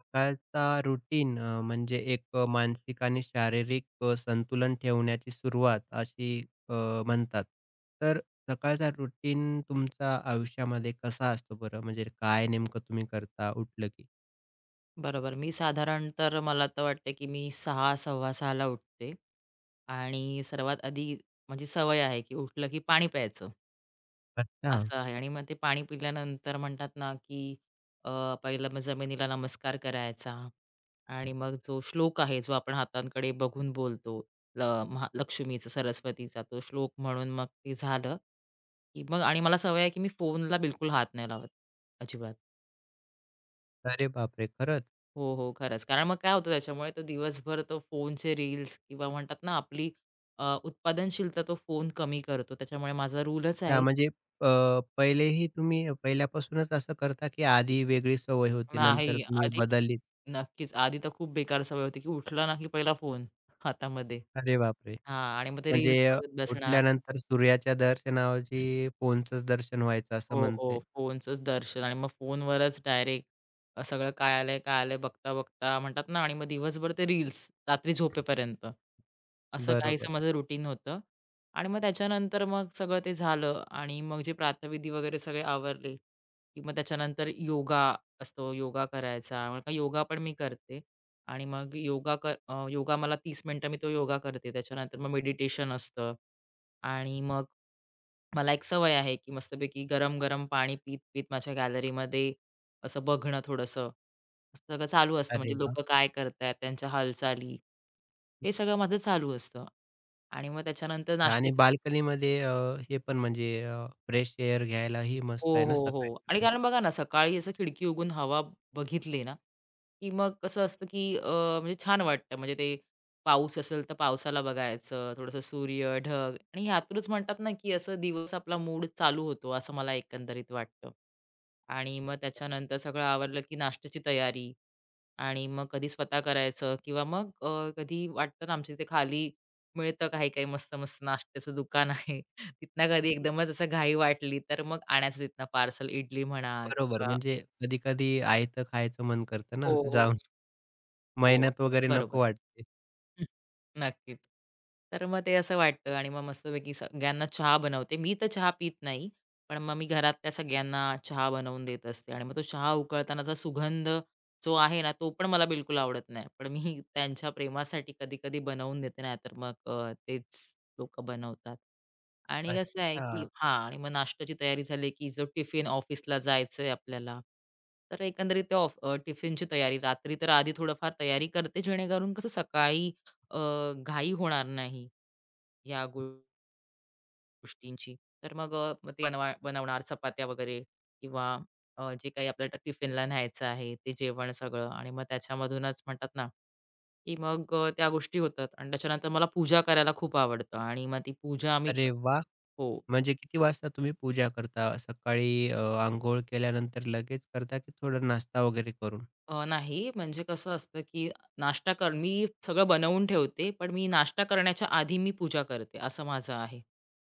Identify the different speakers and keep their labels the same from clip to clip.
Speaker 1: सकाळचा रुटीन म्हणजे एक मानसिक आणि शारीरिक संतुलन ठेवण्याची सुरुवात अशी अ, म्हणतात. तर सकाळचा रुटीन तुमच्या आयुष्यामध्ये कसा असतो बरं? म्हणजे काय नेमकं तुम्ही करता उठलं की?
Speaker 2: बरोबर. मी साधारण तर मला तर वाटतं, की मी 6:15 ला उठते आणि सर्वात आधी माझी सवय आहे, की उठलं की पाणी प्यायचं,
Speaker 1: अच्छा.
Speaker 2: असं आहे आणि मग ते पाणी पिल्यानंतर म्हणतात ना, की अ, पहिलं मग जमिनीला नमस्कार करायचा आणि मग जो श्लोक आहे, जो आपण हातांकडे बघून बोलतो, ल महा लक्ष्मीचा, सरस्वतीचा तो श्लोक म्हणून मग ते झालं, की मग आणि मला सवय आहे, की मी फोनला बिलकुल हात नाही लावत, अजिबात.
Speaker 1: अरे बापरे! खरंच?
Speaker 2: हो, हो. खरंच. कारण मग काय होतं त्याच्यामुळे तो दिवसभर तो फोनचे रील्स किंवा म्हणतात ना आपली उत्पादनशीलता तो फोन कमी करतो. त्याच्यामुळे माझा रूलच
Speaker 1: हां,
Speaker 2: आहे.
Speaker 1: म्हणजे अ, पहिलेही तुम्ही पहिल्यापासूनच असं करता की आधी वेगळी सवय होती नंतर
Speaker 2: नाही
Speaker 1: तुम्ही
Speaker 2: आधी
Speaker 1: बदललीत?
Speaker 2: नक्कीच. आधी तर खूप बेकार सवय होती, की उठला ना की पहिला फोन हातामध्ये.
Speaker 1: अरे बापरे!
Speaker 2: हां आणि मग ते
Speaker 1: म्हणजे
Speaker 2: रील्स बघत बसणार.
Speaker 1: उठल्यानंतर सूर्याच्या दर्शनाऐवजी फोनचंच दर्शन व्हायचं असं
Speaker 2: हो,
Speaker 1: म्हणता
Speaker 2: हो.
Speaker 1: येईल.
Speaker 2: फोनचंच दर्शन आणि मग फोनवरच डायरेक्ट सगळं काय आलंय, काय आलंय बघता-बघता म्हणतात ना आणि मग दिवसभर ते रील्स रात्री झोपेपर्यंत. असं
Speaker 1: बरोबर.
Speaker 2: काहीसं माझं रुटीन होतं आणि मग त्याच्यानंतर मग सगळं ते झालं आणि मग जे प्रातःविधी वगैरे सगळे आवरले, की मग त्याच्यानंतर योगा असतो, योगा करायचा. मग का योगा पण मी करते आणि मग योगा मला 30 मिनिटं मी तो योगा करते. त्याच्यानंतर मग मेडिटेशन असतं आणि मग मला एक सवय आहे, की मस्तपैकी गरम-गरम पाणी पीत-पीत माझ्या गॅलरीमध्ये असं बघणं थोडंसं, सगळं चालू असतं.
Speaker 1: अरे
Speaker 2: म्हणजे
Speaker 1: वाह!
Speaker 2: लोकं काय करतायत, त्यांच्या हालचाली, हे सगळं माझं चालू असतं. आणि मग त्याच्यानंतर
Speaker 1: आणि
Speaker 2: नाश्त्याची
Speaker 1: बाल्कनीमध्ये हे पण म्हणजे फ्रेश एअर घ्यायलाही मस्त
Speaker 2: हो,
Speaker 1: आहे ना
Speaker 2: हो, हो. आणि
Speaker 1: सकाळी-सकाळी.
Speaker 2: कारण बघा ना, सकाळी असं खिडकी उघडून हवा बघितली ना, की मग कसं असतं, की म्हणजे छान वाटतं. म्हणजे ते पाऊस असेल तर पावसाला बघायचं, थोडंसं सूर्य, ढग आणि ह्यातूनच म्हणतात ना, की असं दिवस आपला मूड चालू होतो, असं मला एकंदरीत वाटतं. आणि मग त्याच्यानंतर सगळं आवरलं, की नाश्त्याची तयारी. आणि मग कधी स्वतः करायचं किंवा मग कधी वाटतं ना आमच्या इथे खाली मिळतं काही काही मस्त मस्त नाश्त्याचं दुकान आहे. तिथनं कधी एकदमच असं घाई वाटली तर मग आणायचं तिथनं पार्सल इडली म्हणा
Speaker 1: बरोबर,
Speaker 2: किंवा
Speaker 1: म्हणजे कधी-कधी आयतं खायचं मन करतं ना
Speaker 2: हो,
Speaker 1: जाऊन.
Speaker 2: हो, हो.
Speaker 1: मेहनत वगैरे नको
Speaker 2: बरोबर.
Speaker 1: वाटते.
Speaker 2: हं, नक्कीच. तर मग ते असं वाटतं आणि मग मस्तपैकी सगळ्यांना चहा बनवते. मी तर चहा पीत नाही, पण मग मी घरातल्या सगळ्यांना चहा बनवून देत असते आणि मग तो चहा उकळतानाचा सुगंध जो आहे ना, तो पण मला बिलकुल आवडत नाही. पण मी त्यांच्या प्रेमासाठी कधी-कधी बनवून देते, नाहीतर मग तेच लोकं बनवतात. आणि कसं आहे, की
Speaker 1: अच्छा.
Speaker 2: हां आणि मग नाश्त्याची तयारी झाली, की जो टिफिन ऑफिसला जायचंय आपल्याला, तर एकंदरीत ते टिफिनची तयारी रात्री तर आधी थोडंफार तयारी करते, जेणेकरून कसं सकाळी घाई होणार नाही या गोष्टींची. तर मग मग ते बनवणार चपात्या वगैरे किंवा जे काही आपल्याला टिफिनला न्यायचं आहे ते जेवण सगळं आणि मग त्याच्यामधूनच म्हणतात ना, की मग त्या गोष्टी होतात आणि त्याच्यानंतर मला पूजा करायला खूप आवडतं आणि मग ती पूजा आम्ही
Speaker 1: अरे वाह!
Speaker 2: हो.
Speaker 1: म्हणजे किती वाजता तुम्ही पूजा करता? सकाळी अंघोळ केल्यानंतर लगेच करता की थोडं नाश्ता वगैरे करून?
Speaker 2: नाही म्हणजे कसं असतं, की नाश्ता कर मी सगळं बनवून ठेवते, पण मी नाश्ता करण्याच्या आधी मी पूजा करते असं माझं आहे.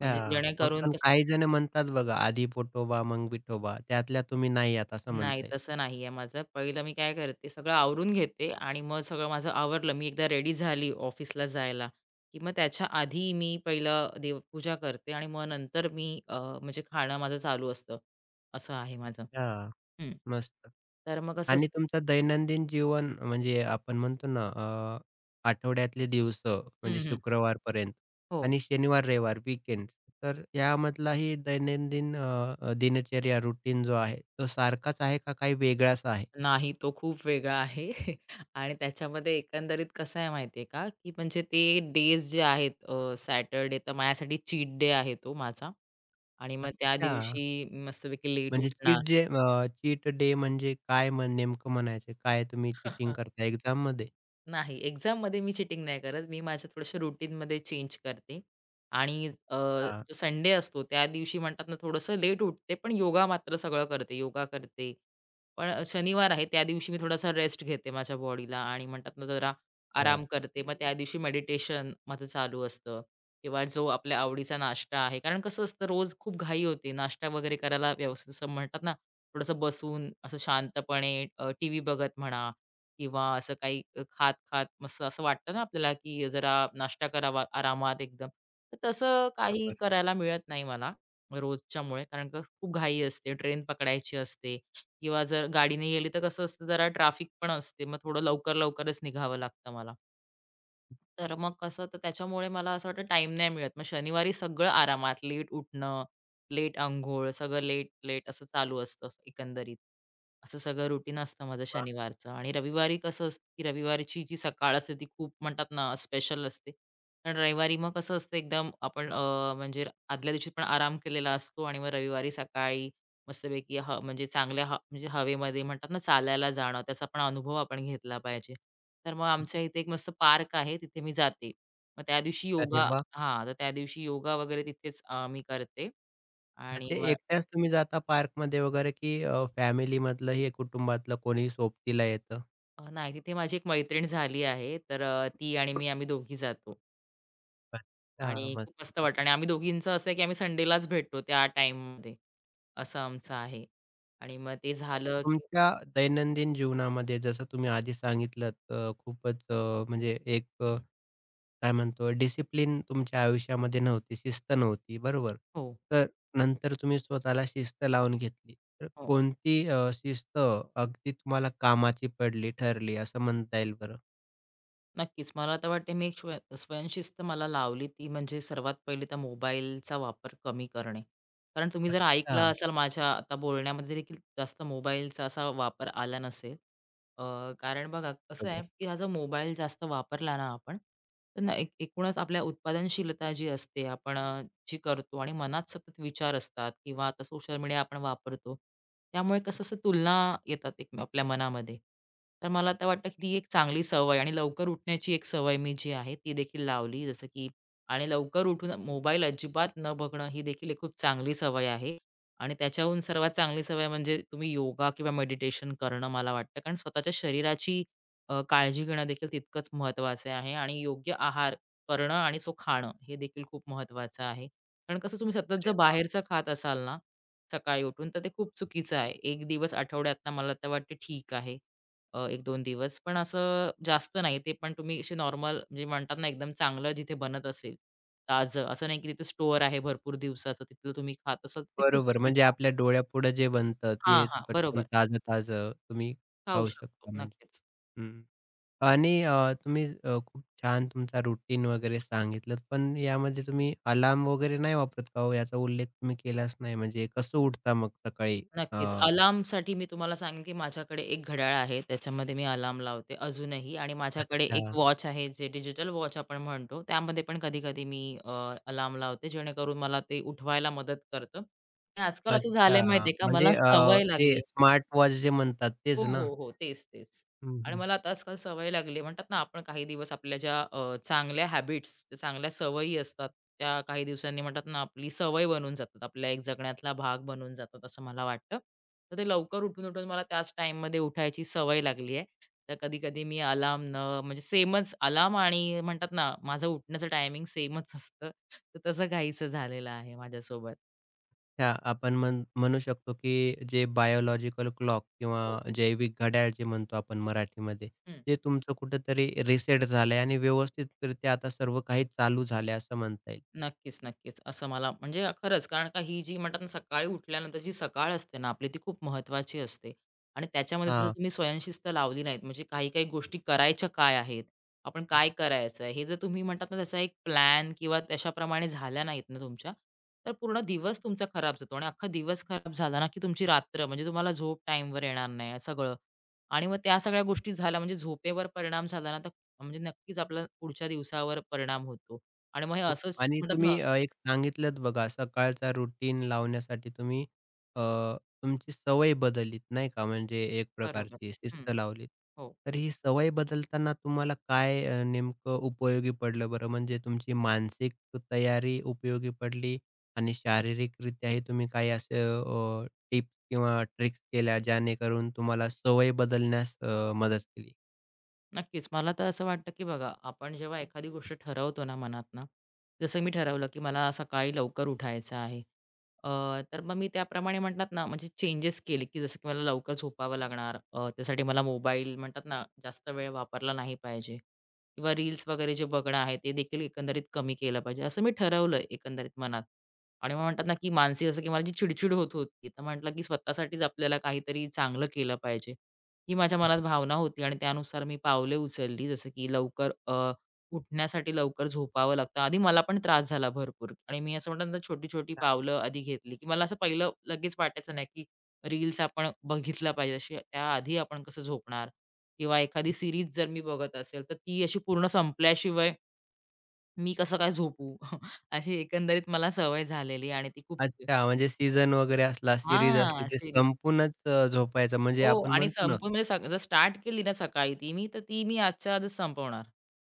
Speaker 2: म्हणजे
Speaker 1: अच्छा. मग
Speaker 2: जेणेकरून
Speaker 1: पण काही जण म्हणतात बघा, "आधी पोटोबा, मग विठोबा." त्यातल्या तुम्ही नाही आहात असं
Speaker 2: नाही,
Speaker 1: म्हणता येईल.
Speaker 2: तसं नाहीये माझं. पहिलं मी काय करते, सगळं आवरून घेते आणि मग सगळं माझं आवरलं, मी एकदा रेडी झाली ऑफिसला जायला, की मग त्याच्या आधी मी पहिलं देवपूजा करते आणि मग नंतर मी म्हणजे खाणं माझं चालू असतं. असं आहे माझं.
Speaker 1: अच्छा.
Speaker 2: हं.
Speaker 1: मस्त.
Speaker 2: तर मग असं
Speaker 1: आणि तुमचं दैनंदिन जीवन म्हणजे आपण म्हणतो ना आठवड्यातले दिवस म्हणजे
Speaker 2: हं, हं.
Speaker 1: शुक्रवारपर्यंत
Speaker 2: हो.
Speaker 1: आणि शनिवार, रविवार, वीकेंड तर यामधलाही दैनंदिन अ, अ, दिनचर्या रुटीन जो आहे तो सारखाच आहे का काही वेगळाच आहे?
Speaker 2: नाही, तो खूप वेगळा आहे आणि त्याच्यामध्ये एकंदरीत कसं आहे माहिती का, की म्हणजे ते डेज जे आहेत तर माझ्यासाठी चीट डे आहे तो माझा. आणि मग त्या
Speaker 1: अच्छा.
Speaker 2: दिवशी मस्तपैकी लेट
Speaker 1: म्हणजे चीट
Speaker 2: उठणार.
Speaker 1: जे चीट डे म्हणजे काय म नेमकं म्हणायचं? काय तुम्ही चीटिंग करता एक्झाममध्ये?
Speaker 2: नाही, एक्झाममध्ये मी चिटिंग नाही करत. मी माझ्या थोडंसं रुटीनमध्ये चेंज करते आणि
Speaker 1: हां.
Speaker 2: जो संडे असतो त्या दिवशी म्हणतात ना, थोडंसं लेट उठते, पण योगा मात्र सगळं करते. योगा करते. पण शनिवार आहे त्या दिवशी मी थोडासा रेस्ट घेते माझ्या बॉडीला आणि म्हणतात ना, जरा
Speaker 1: बरोबर.
Speaker 2: आराम करते. मग त्या दिवशी मेडिटेशन माझं चालू असतं किंवा जो आपल्या आवडीचा नाश्ता आहे. कारण कसं असतं रोज खूप घाई होते. नाश्ता वगैरे करायला व्यवस्थित असं म्हणतात ना, थोडंसं बसून असं शांतपणे टीव्ही बघत म्हणा किंवा असं काही खात-खात मस्त असं वाटतं ना आपल्याला, की जरा नाश्ता करावा आरामात एकदम. तर तसं काही करायला मिळत नाही मला रोजच्यामुळे, कारण का खूप घाई असते, ट्रेन पकडायची असते किंवा जर गाडीने गेली तर कसं असतं जरा ट्रॅफिक पण असते. मग थोडं लवकर-लवकरच निघावं लागतं मला. तर मग कसं तर त्याच्यामुळे मला असं वाटतं टाईम नाही मिळत. मग शनिवारी सगळं आरामात, लेट उठणं, लेट अंघोळ, सगळं लेट-लेट असं चालू असतं एकंदरीत. असं सगळं रुटीन असतं माझं
Speaker 1: वाह!
Speaker 2: शनिवारचं आणि रविवारी कसं असतं, की रविवारची जी सकाळ असते ती खूप म्हणतात ना स्पेशल असते. कारण रविवारी मग कसं असतं एकदम आपण म्हणजे आदल्या दिवशी पण आराम केलेला असतो आणि मग रविवारी सकाळी मस्तपैकी म्हणजे चांगल्या म्हणजे हवेमध्ये म्हणतात ना चालायला जाणं, त्याचा पण अनुभव आपण घेतला पाहिजे. तर मग आमच्या इथे एक मस्त पार्क आहे, तिथे मी जाते. मग त्या दिवशी
Speaker 1: अरे
Speaker 2: योगा
Speaker 1: वाह!
Speaker 2: अच्छा. तर त्या दिवशी योगा वगैरे तिथेच मी करते आणि
Speaker 1: म्हणजे
Speaker 2: मग
Speaker 1: एकट्याच तुम्ही जाता पार्कमध्ये वगैरे की फॅमिलीमधलं हे कुटुंबातलं कोणी सोबतीला येतं?
Speaker 2: नाही तिथे माझी एक मैत्रीण झाली आहे, तर ती आणि मी आम्ही दोघी जातो आणि
Speaker 1: अच्छा,
Speaker 2: खूप मस्त
Speaker 1: मस्त.
Speaker 2: वाटतं आणि आम्ही दोघींचं असं आहे, की आम्ही संडेलाच भेटतो त्या टाईममध्ये असं आमचं आहे आणि मग ते झालं, की
Speaker 1: तुमच्या दैनंदिन जीवनामध्ये जसं तुम्ही आधी सांगितलंत खूपच म्हणजे एक काय म्हणतो डिसिप्लिन तुमच्या आयुष्यामध्ये नव्हती, शिस्त नव्हती, बरोबर?
Speaker 2: हो,
Speaker 1: तर नंतर तुम्ही स्वतःला शिस्त लावून घेतली. तर
Speaker 2: हो.
Speaker 1: कोणती शिस्त अगदी तुम्हाला कामाची पडली, ठरली असं म्हणता येईल बरं?
Speaker 2: नक्कीच. मला तर वाटते मी एक स्वयंशिस्त मला लावली ती म्हणजे सर्वात पहिली तर मोबाईलचा वापर कमी करणे. कारण तुम्ही जर ऐकलं
Speaker 1: हां,
Speaker 2: असाल माझ्या आता बोलण्यामध्ये देखील जास्त मोबाईलचा असा वापर आला नसेल. अ, कारण बघा कसं आहे,
Speaker 1: बरोबर.
Speaker 2: की हा जो मोबाईल जास्त वापरला ना आपण, तर ना एक एकूणच आपल्या उत्पादनशीलता जी असते आपण जी करतो आणि मनात सतत विचार असतात किंवा आता सोशल मीडिया आपण वापरतो. त्यामुळे कसं असं तुलना येतात एक आपल्या मनामध्ये. तर मला तर वाटतं की ती एक चांगली सवय आणि लवकर उठण्याची एक सवय मी जी आहे ती देखील लावली. जसं की आणि लवकर उठून मोबाईल अजिबात न बघणं ही देखील एक खूप चांगली सवय आहे. आणि त्याच्याहून सर्वात चांगली सवय म्हणजे तुम्ही योगा किंवा मेडिटेशन करणं मला वाटतं. कारण स्वतःच्या शरीराची काळजी घेणं देखील तितकंच महत्त्वाचं आहे आणि योग्य आहार करणं आणि तो खाणं हे देखील खूप महत्त्वाचं आहे. कारण कसं तुम्ही सतत जर
Speaker 1: अरे
Speaker 2: बाहेरचं खात असाल ना, सकाळी उठून, तर ते खूप चुकीचं आहे. एक दिवस आठवड्यातनं मला तर वाटते ठीक आहे. 1-2 दिवस. पण असं जास्त नाही. ते पण तुम्ही असे नॉर्मल म्हणजे म्हणतात ना, एकदम चांगलं जिथे बनत असेल, ताजं. असं नाही की तिथे स्टोअर आहे भरपूर दिवसाचं, तिथलं तुम्ही खात असाल, ते खूप
Speaker 1: बरोबर. म्हणजे
Speaker 2: चुकीचं आहे.
Speaker 1: आपल्या डोळ्यापुढं जे बनतं
Speaker 2: हां,
Speaker 1: तेच
Speaker 2: हां.
Speaker 1: पटकन
Speaker 2: बरोबर.
Speaker 1: ताजं-ताजं तुम्ही
Speaker 2: खाऊ
Speaker 1: खाऊ
Speaker 2: शकतो.
Speaker 1: शकता म्हणजे.
Speaker 2: नक्कीच.
Speaker 1: हं. आणि तुम्ही खूप छान तुमचा रुटीन वगैरे सांगितलत. पण यामध्ये तुम्ही अलार्म वगैरे नाही वापरत का हो? याचा उल्लेख तुम्ही केलाच नाही. म्हणजे कसं उठता मग सकाळी? अ,
Speaker 2: नक्कीच. अलार्मसाठी मी तुम्हाला सांगेन, की माझ्याकडे एक घड्याळ आहे. त्याच्यामध्ये मी अलार्म लावते अजूनही आणि माझ्याकडे एक
Speaker 1: अच्छा.
Speaker 2: वॉच आहे, जे डिजिटल वॉच आपण म्हणतो. त्यामध्ये पण कधी-कधी मी अलार्म लावते, जेणेकरून मला ते उठवायला मदत करतं. आणि आजकाल असं झालंय
Speaker 1: अच्छा.
Speaker 2: माहिती का,
Speaker 1: म्हणजे
Speaker 2: मला सवय
Speaker 1: ते
Speaker 2: लागली
Speaker 1: स्मार्टवॉच जे म्हणतात
Speaker 2: हो,
Speaker 1: तेच ना?
Speaker 2: हो, हो. तेच, तेच. आणि
Speaker 1: हं,
Speaker 2: मला आता आजकाल सवय लागली आहे. म्हणतात ना, आपण काही दिवस आपल्या ज्या चांगल्या हॅबिट्स, चांगल्या सवयी असतात, त्या काही दिवसांनी म्हणतात ना, आपली सवय बनून जातात. आपल्या एक जगण्यातला भाग बनून जातात, असं मला वाटतं. तर ते लवकर उठून-उठून मला त्याच टाईममध्ये उठायची सवय लागली आहे. तर कधी-कधी मी अलार्म न म्हणजे सेमच अलार्म आणि म्हणतात ना, माझं उठण्याचं टायमिंग सेमच असतं. तर तसं काहीसं झालेलं आहे माझ्यासोबत.
Speaker 1: त्या आपण म्हण म्हणू शकतो, की जे बायोलॉजिकल क्लॉक
Speaker 2: हो.
Speaker 1: किंवा जैविक घड्याळ जे म्हणतो आपण मराठीमध्ये, ते तुमचं कुठेतरी रिसेट झालंय आणि व्यवस्थितरित्या आता सर्व काही चालू झालंय असं म्हणता येईल.
Speaker 2: नक्कीच, नक्कीच. असं मला म्हणजे खरंच कारण का ही जी म्हणतात ना सकाळी उठल्यानंतर जी सकाळ असते ना आपली ती खूप महत्वाची असते आणि त्याच्यामध्ये जर तुम्ही स्वयंशिस्त लावली नाहीत म्हणजे काही-काही गोष्टी करायच्या काय आहेत, आपण काय करायचं आहे, हे जर तुम्ही म्हणतात ना त्याचा एक प्लॅन किंवा त्याच्याप्रमाणे झाल्या नाहीत ना तुमच्या, तर पूर्ण दिवस तुमचा खराब जातो आणि अख्खा दिवस खराब झाला ना की तुमची रात्र म्हणजे तुम्हाला झोप टाईमवर येणार नाही सगळं आणि मग त्या सगळ्या गोष्टी झाल्या म्हणजे झोपेवर परिणाम झाला ना तर म्हणजे नक्कीच आपला पुढच्या दिवसावर परिणाम होतो. आणि मग हे
Speaker 1: हो
Speaker 2: असंच
Speaker 1: आणि
Speaker 2: म्हणतात ना
Speaker 1: तुम्ही एक सांगितलंत बघा सकाळचा रुटीन लावण्यासाठी तुम्ही अ, तुमची सवय बदललीत नाही का? म्हणजे एक
Speaker 2: बरोबर.
Speaker 1: प्रकारची
Speaker 2: हं,
Speaker 1: शिस्त लावलीत.
Speaker 2: हो.
Speaker 1: तर ही सवय बदलताना तुम्हाला काय नेमकं उपयोगी पडलं बरं? म्हणजे तुमची मानसिक तयारी उपयोगी पडली आणि शारीरिकरित्याही तुम्ही काही असे टिप्स किंवा ट्रिक्स केल्या, ज्याने करून तुम्हाला सवय बदलण्यास मदत केली?
Speaker 2: नक्कीच. मला तर असं वाटतं, की बघा आपण जेव्हा एखादी गोष्ट ठरवतो ना मनातनं, जसं मी ठरवलं, की मला सकाळी लवकर उठायचं आहे. अ, तर मग मी त्याप्रमाणे म्हणतात ना, म्हणजे चेंजेस केले, की जसं की मला लवकर झोपावं लागणार. त्यासाठी मला मोबाईल म्हणतात ना, जास्त वेळ वापरला नाही पाहिजे किंवा रील्स वगैरे जे बघणं आहे, ते देखील एकंदरीत कमी केलं पाहिजे. असं मी ठरवलं एकंदरीत मनात. आणि मग म्हणतात ना, की मानसिक जसं की मला जी चिडचिड होत होती, तर म्हटलं, की स्वतःसाठीच आपल्याला काहीतरी चांगलं केलं पाहिजे. ही माझ्या मनात भावना होती आणि त्यानुसार मी पावले उचलली. जसं की लवकर उठण्यासाठी लवकर झोपावं लागतं. आधी मला पण त्रास झाला भरपूर आणि मी असं म्हणतात ना, छोटी-छोटी पावलं आधी घेतली, की मला असं पहिलं लगेच वाटायचं नाही, की रील्स आपण बघितला पाहिजे अशी त्याआधी आपण कसं झोपणार किंवा एखादी सीरीज जर मी बघत असेल, तर ती अशी पूर्ण संपल्याशिवाय मी कसं काय झोपू? अशी एकंदरीत मला सवय झालेली आणि ती खूप
Speaker 1: अच्छा, म्हणजे सीझन वगैरे असला, सीरीज असली
Speaker 2: हां,
Speaker 1: ते
Speaker 2: सीरीज.
Speaker 1: संपूर्णच झोपायचं म्हणजे
Speaker 2: हो
Speaker 1: आपण
Speaker 2: आणि
Speaker 1: म्हणतो ना
Speaker 2: संपून म्हणजे जर स्टार्ट केली ना सकाळी ती मी, तर ती मी आजच्या आजच संपवणार.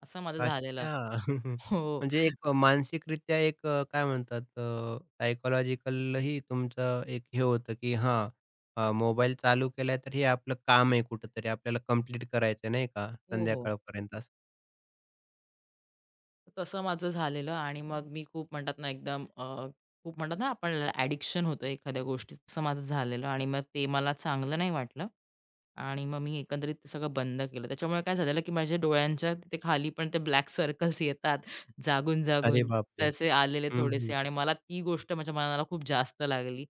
Speaker 2: असं माझं झालेलं.
Speaker 1: अच्छा.
Speaker 2: हो,
Speaker 1: म्हणजे एक मानसिकरित्या एक काय म्हणतात सायकॉलॉजिकलही तुमचं एक हे होतं, की हां, मोबाईल चालू केलाय तर हे आपलं काम आहे कुठेतरी आपल्याला कंप्लीट करायचं नाही का
Speaker 2: हो, हो.
Speaker 1: संध्याकाळपर्यंत असं?
Speaker 2: तसं माझं झालेलं आणि मग मी खूप म्हणतात ना एकदम खूप म्हणतात ना आपल्याला ॲडिक्शन होतं एखाद्या गोष्टीचं, तसं माझं झालेलं आणि मग ते मला चांगलं नाही वाटलं. आणि मग मी एकंदरीत ते सगळं बंद केलं. त्याच्यामुळे काय झालेलं, की माझ्या डोळ्यांच्या तिथे खाली पण ते ब्लॅक सर्कल्स येतात
Speaker 1: अरे
Speaker 2: जागून-जागून.
Speaker 1: बापरे!
Speaker 2: तसे आलेले
Speaker 1: हं,
Speaker 2: थोडेसे
Speaker 1: हं.
Speaker 2: आणि मला ती गोष्ट माझ्या मनाला खूप जास्त लागली.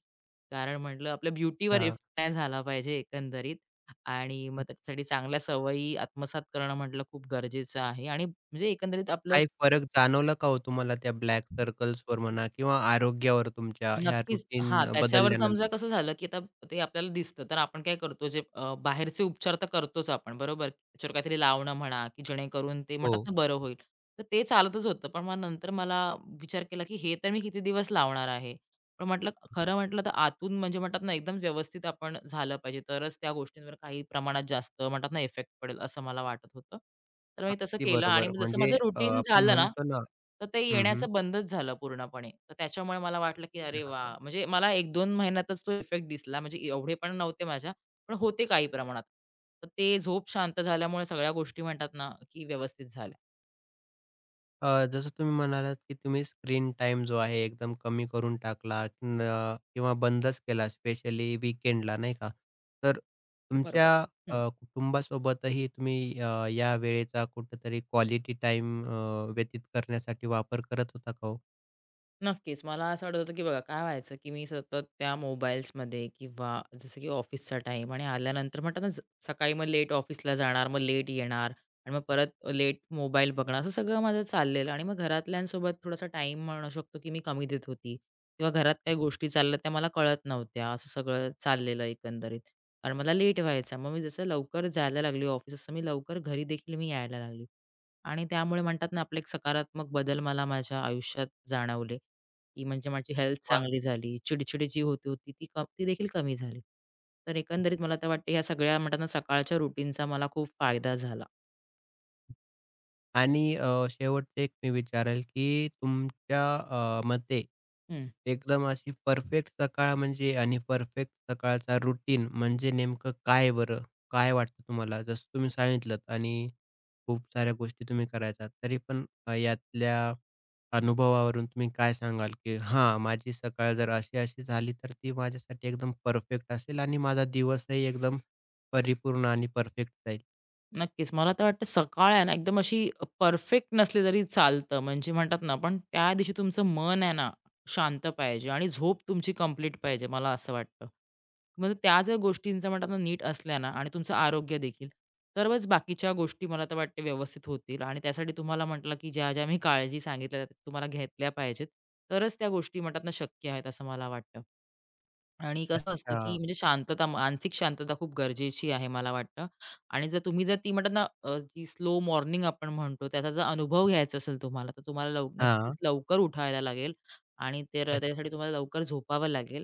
Speaker 2: कारण म्हटलं आपल्या ब्युटीवर
Speaker 1: अच्छा.
Speaker 2: इफेक्ट नाही झाला पाहिजे एकंदरीत. आणि मग त्याच्यासाठी चांगल्या सवयी आत्मसात करणं म्हटलं खूप गरजेचं आहे आणि म्हणजे एकंदरीत आपलं
Speaker 1: काही फरक जाणवला का हो तुम्हाला त्या ब्लॅक सर्कल्सवर म्हणा किंवा आरोग्यावर तुमच्या ह्या
Speaker 2: नक्कीच.
Speaker 1: रुटीन
Speaker 2: हां, त्याच्यावर समजा
Speaker 1: बदलल्यानंतर?
Speaker 2: कसं झालं, की आता ते आपल्याला दिसतं, तर आपण काय करतो जे बाहेरचे उपचार तर करतोच आपण बरोबर. त्याच्यावर काहीतरी लावणं म्हणा, की जेणेकरून ते म्हणतात
Speaker 1: हो.
Speaker 2: ना बरं होईल. तर ते चालतच होतं. पण मग नंतर मला विचार केला, की हे तर मी किती दिवस लावणार आहे. पण म्हटलं खरं म्हटलं तर आतून म्हणजे म्हणतात ना एकदम व्यवस्थित आपण झालं पाहिजे तरच त्या गोष्टींवर काही प्रमाणात जास्त म्हणतात ना इफेक्ट पडेल असं मला वाटत होतं. तर मी तसं
Speaker 1: अगदी
Speaker 2: केलं आणि
Speaker 1: बरोबर.
Speaker 2: मग जसं
Speaker 1: म्हणजे
Speaker 2: माझं रुटीन
Speaker 1: आपण
Speaker 2: झालं ना,
Speaker 1: म्हणतो ना
Speaker 2: तर ते
Speaker 1: हं, हं.
Speaker 2: येण्याचं बंदच झालं पूर्णपणे. तर त्याच्यामुळे मला वाटलं की अरे वाह! म्हणजे मला 1-2 महिन्यातच तो इफेक्ट दिसला. म्हणजे एवढे पण नव्हते माझ्या, पण होते काही प्रमाणात. तर ते झोप शांत झाल्यामुळे सगळ्या गोष्टी म्हणतात ना, की व्यवस्थित झाल्या.
Speaker 1: जसं तुम्ही म्हणालात, की तुम्ही स्क्रीन टाईम जो आहे एकदम कमी करून टाकला न किंवा बंदच केला स्पेशली वीकेंडला नाही का? तर तुमच्या
Speaker 2: बरोबर. हं.
Speaker 1: कुटुंबासोबतही तुम्ही या वेळेचा कुठेतरी क्वालिटी टाईम व्यतीत करण्यासाठी वापर करत होता का हो?
Speaker 2: नक्कीच. मला असं वाटत होतं, की बघा काय व्हायचं, की मी सतत त्या मोबाईल्समध्ये किंवा जसं की ऑफिसचा टाईम आणि आल्यानंतर म्हणतात ना, सकाळी मग लेट ऑफिसला जाणार, मग लेट येणार आणि मग परत लेट मोबाईल बघणार, असं सगळं माझं चाललेलं आणि मग घरातल्यांसोबत थोडासा टाईम म्हणू शकतो, की मी कमी देत होती किंवा घरात काही गोष्टी चालल्या त्या मला कळत नव्हत्या. असं सगळं चाललेलं एकंदरीत आणि मला लेट व्हायचा. मग मी जसं लवकर जायला लागली ऑफिस, असं मी लवकर घरी देखील मी यायला लागली आणि त्यामुळे म्हणतात ना, आपले एक सकारात्मक बदल मला माझ्या आयुष्यात जाणवले की म्हणजे माझी हेल्थ चांगली झाली, चिडचिड जी होती होती ती ती देखील कमी झाली. तर एकंदरीत मला तर वाटतं ह्या सगळ्या म्हणतात ना सकाळच्या रुटीनचा मला खूप फायदा झाला.
Speaker 1: आणि शेवटचं एक मी विचारेल, की तुमच्या मते
Speaker 2: हं.
Speaker 1: एकदम अशी परफेक्ट सकाळ म्हणजे आणि परफेक्ट सकाळचा रुटीन म्हणजे नेमकं काय बरं? काय वाटतं तुम्हाला? जसं तुम्ही सांगितलत आणि खूप साऱ्या गोष्टी तुम्ही करायचा. तरी पण यातल्या अनुभवावरून तुम्ही काय सांगाल, की हां, माझी सकाळ जर अशी-अशी झाली, तर ती माझ्यासाठी एकदम परफेक्ट असेल आणि माझा दिवसही एकदम परिपूर्ण आणि परफेक्ट जाईल?
Speaker 2: नक्कीच. मला तर वाटतं सकाळ आहे ना, एकदम अशी परफेक्ट नसली तरी चालतं. म्हणजे म्हणतात ना, पण त्या दिवशी तुमचं मन आहे ना, शांत पाहिजे आणि झोप तुमची कंप्लीट पाहिजे, मला असं वाटतं. म्हणजे त्या जर गोष्टींचा म्हणतात ना, नीट असल्या ना आणि तुमचं आरोग्य देखील, तरच बाकीच्या गोष्टी मला तर वाटते व्यवस्थित होतील आणि त्यासाठी तुम्हाला म्हटलं, की ज्या-ज्या मी काळजी सांगितल्या, त्या तुम्हाला घेतल्या पाहिजेत. तरच त्या गोष्टी म्हणतात ना, शक्य आहेत असं मला वाटतं. आणि कसं असतं, की
Speaker 1: अच्छा.
Speaker 2: म्हणजे शांतता, मानसिक शांतता खूप गरजेची आहे मला वाटतं. आणि जर तुम्ही जर ती म्हणतात ना, जी स्लो मॉर्निंग आपण म्हणतो, त्याचा जर अनुभव घ्यायचा असेल तुम्हाला, तर तुम्हाला
Speaker 1: हां,
Speaker 2: नक्कीच लवकर उठायला लागेल आणि तर
Speaker 1: अच्छा.
Speaker 2: त्यासाठी तुम्हाला लवकर झोपावं लागेल.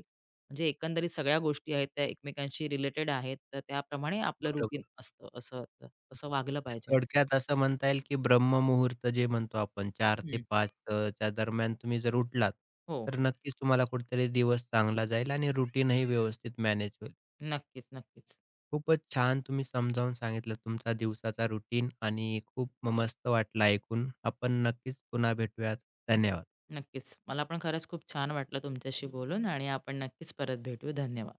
Speaker 2: म्हणजे एकंदरीत सगळ्या गोष्टी आहेत त्या एकमेकांशी रिलेटेड आहेत. तर त्याप्रमाणे आपलं रुटीन
Speaker 1: बरोबर.
Speaker 2: असतं असं तर वागलं पाहिजे आपण.
Speaker 1: थोडक्यात असं म्हणता येईल, की ब्रह्ममुहूर्त जे म्हणतो आपण 4 ते
Speaker 2: हं.
Speaker 1: 5 च्या दरम्यान तुम्ही जर उठलात,
Speaker 2: हो.
Speaker 1: तर नक्कीच तुम्हाला कुठेतरी दिवस चांगला जाईल आणि रुटीनही व्यवस्थित मॅनेज होईल.
Speaker 2: नक्कीच, नक्कीच.
Speaker 1: खूपच छान तुम्ही समजावून सांगितलं तुमचा दिवसाचा रुटीन आणि खूप मस्त वाटलं ऐकून. आपण नक्कीच पुन्हा भेटूयात. धन्यवाद.
Speaker 2: नक्कीच. मला पण खरंच खूप छान वाटलं तुमच्याशी बोलून आणि आपण नक्कीच परत भेटू. धन्यवाद.